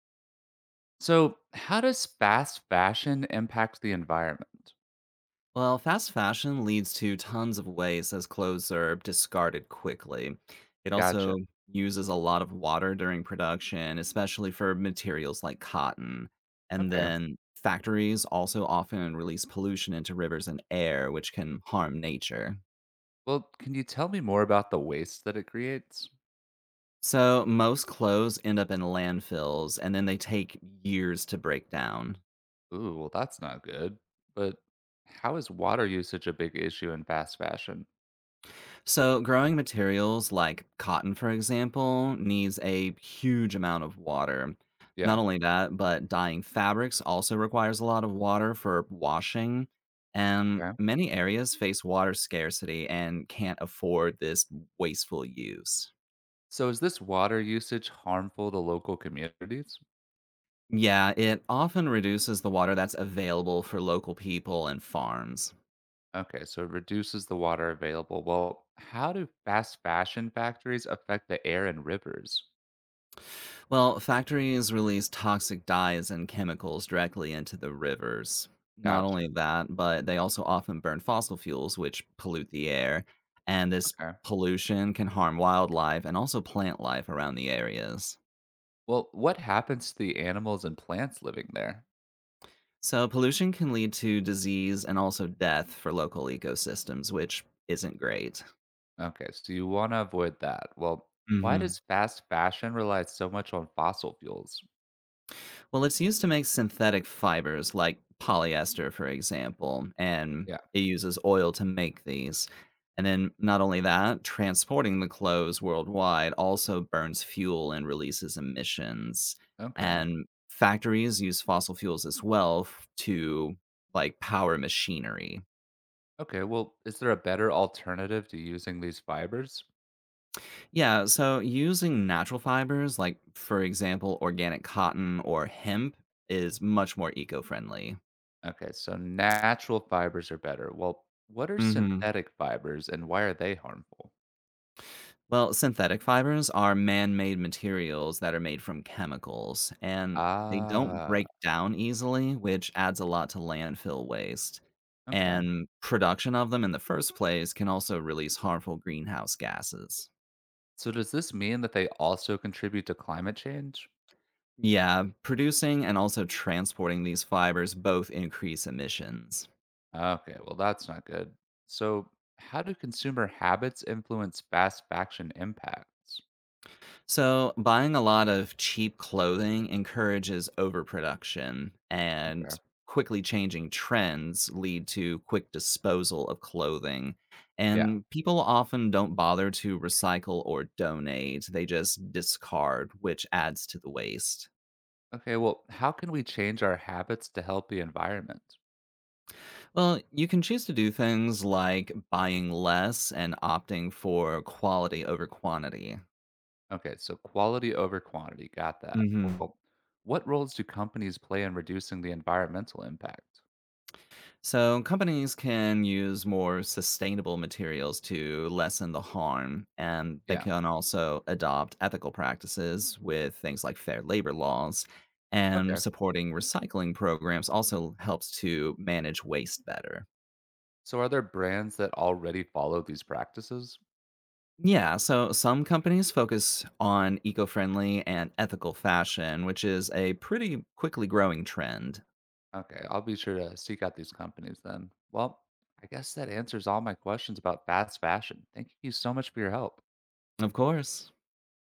So, how does fast fashion impact the environment? Well, fast fashion leads to tons of waste as clothes are discarded quickly. It also Gotcha. uses a lot of water during production, especially for materials like cotton. And Okay. then factories also often release pollution into rivers and air, which can harm nature. Well, can you tell me more about the waste that it creates? So most clothes end up in landfills and then they take years to break down. Ooh, well, that's not good. But how is water usage a big issue in fast fashion? So, growing materials like cotton, for example, needs a huge amount of water. Yeah. Not only that, but dyeing fabrics also requires a lot of water for washing. And Okay. many areas face water scarcity and can't afford this wasteful use. So, is this water usage harmful to local communities? Yeah, it often reduces the water that's available for local people and farms. Okay, so it reduces the water available. Well, how do fast fashion factories affect the air and rivers? Well, factories release toxic dyes and chemicals directly into the rivers. Not only Gotcha. that, but they also often burn fossil fuels, which pollute the air. And this Okay. pollution can harm wildlife and also plant life around the areas. Well, what happens to the animals and plants living there? So, pollution can lead to disease and also death for local ecosystems, which isn't great. Okay, so you want to avoid that. Well, why hmm does fast fashion rely so much on fossil fuels? Well, it's used to make synthetic fibers like polyester, for example, and Yeah. it uses oil to make these. And then, not only that, transporting the clothes worldwide also burns fuel and releases emissions. Okay. And factories use fossil fuels as well to like power machinery. Okay. Well, is there a better alternative to using these fibers? Yeah, so using natural fibers, like for example, organic cotton or hemp, is much more eco friendly. Okay, so natural fibers are better. Well, what are hmm. synthetic fibers and why are they harmful? Well, synthetic fibers are man made materials that are made from chemicals, and they don't Ah, break down easily, which adds a lot to landfill waste. okay. And production of them in the first place can also release harmful greenhouse gases. So does this mean that they also contribute to climate change? Yeah, producing and also transporting these fibers both increase emissions. Okay, well, that's not good. So, how do consumer habits influence fast fashion impacts? So, buying a lot of cheap clothing encourages overproduction, Okay. and quickly changing trends lead to quick disposal of clothing. Yeah. And people often don't bother to recycle or donate, they just discard, which adds to the waste. Okay, well, how can we change our habits to help the environment? Well, you can choose to do things like buying less and opting for quality over quantity. Okay, so quality over quantity. Got that. hmm Well, what roles do companies play in reducing the environmental impact? So, companies can use more sustainable materials to lessen the harm, and they Yeah. can also adopt ethical practices with things like fair labor laws. And Okay. supporting recycling programs also helps to manage waste better. So, are there brands that already follow these practices? Yeah, so some companies focus on eco friendly and ethical fashion, which is a pretty quickly growing trend. Okay, I'll be sure to seek out these companies then. Well, I guess that answers all my questions about fast fashion. Thank you so much for your help. Of course.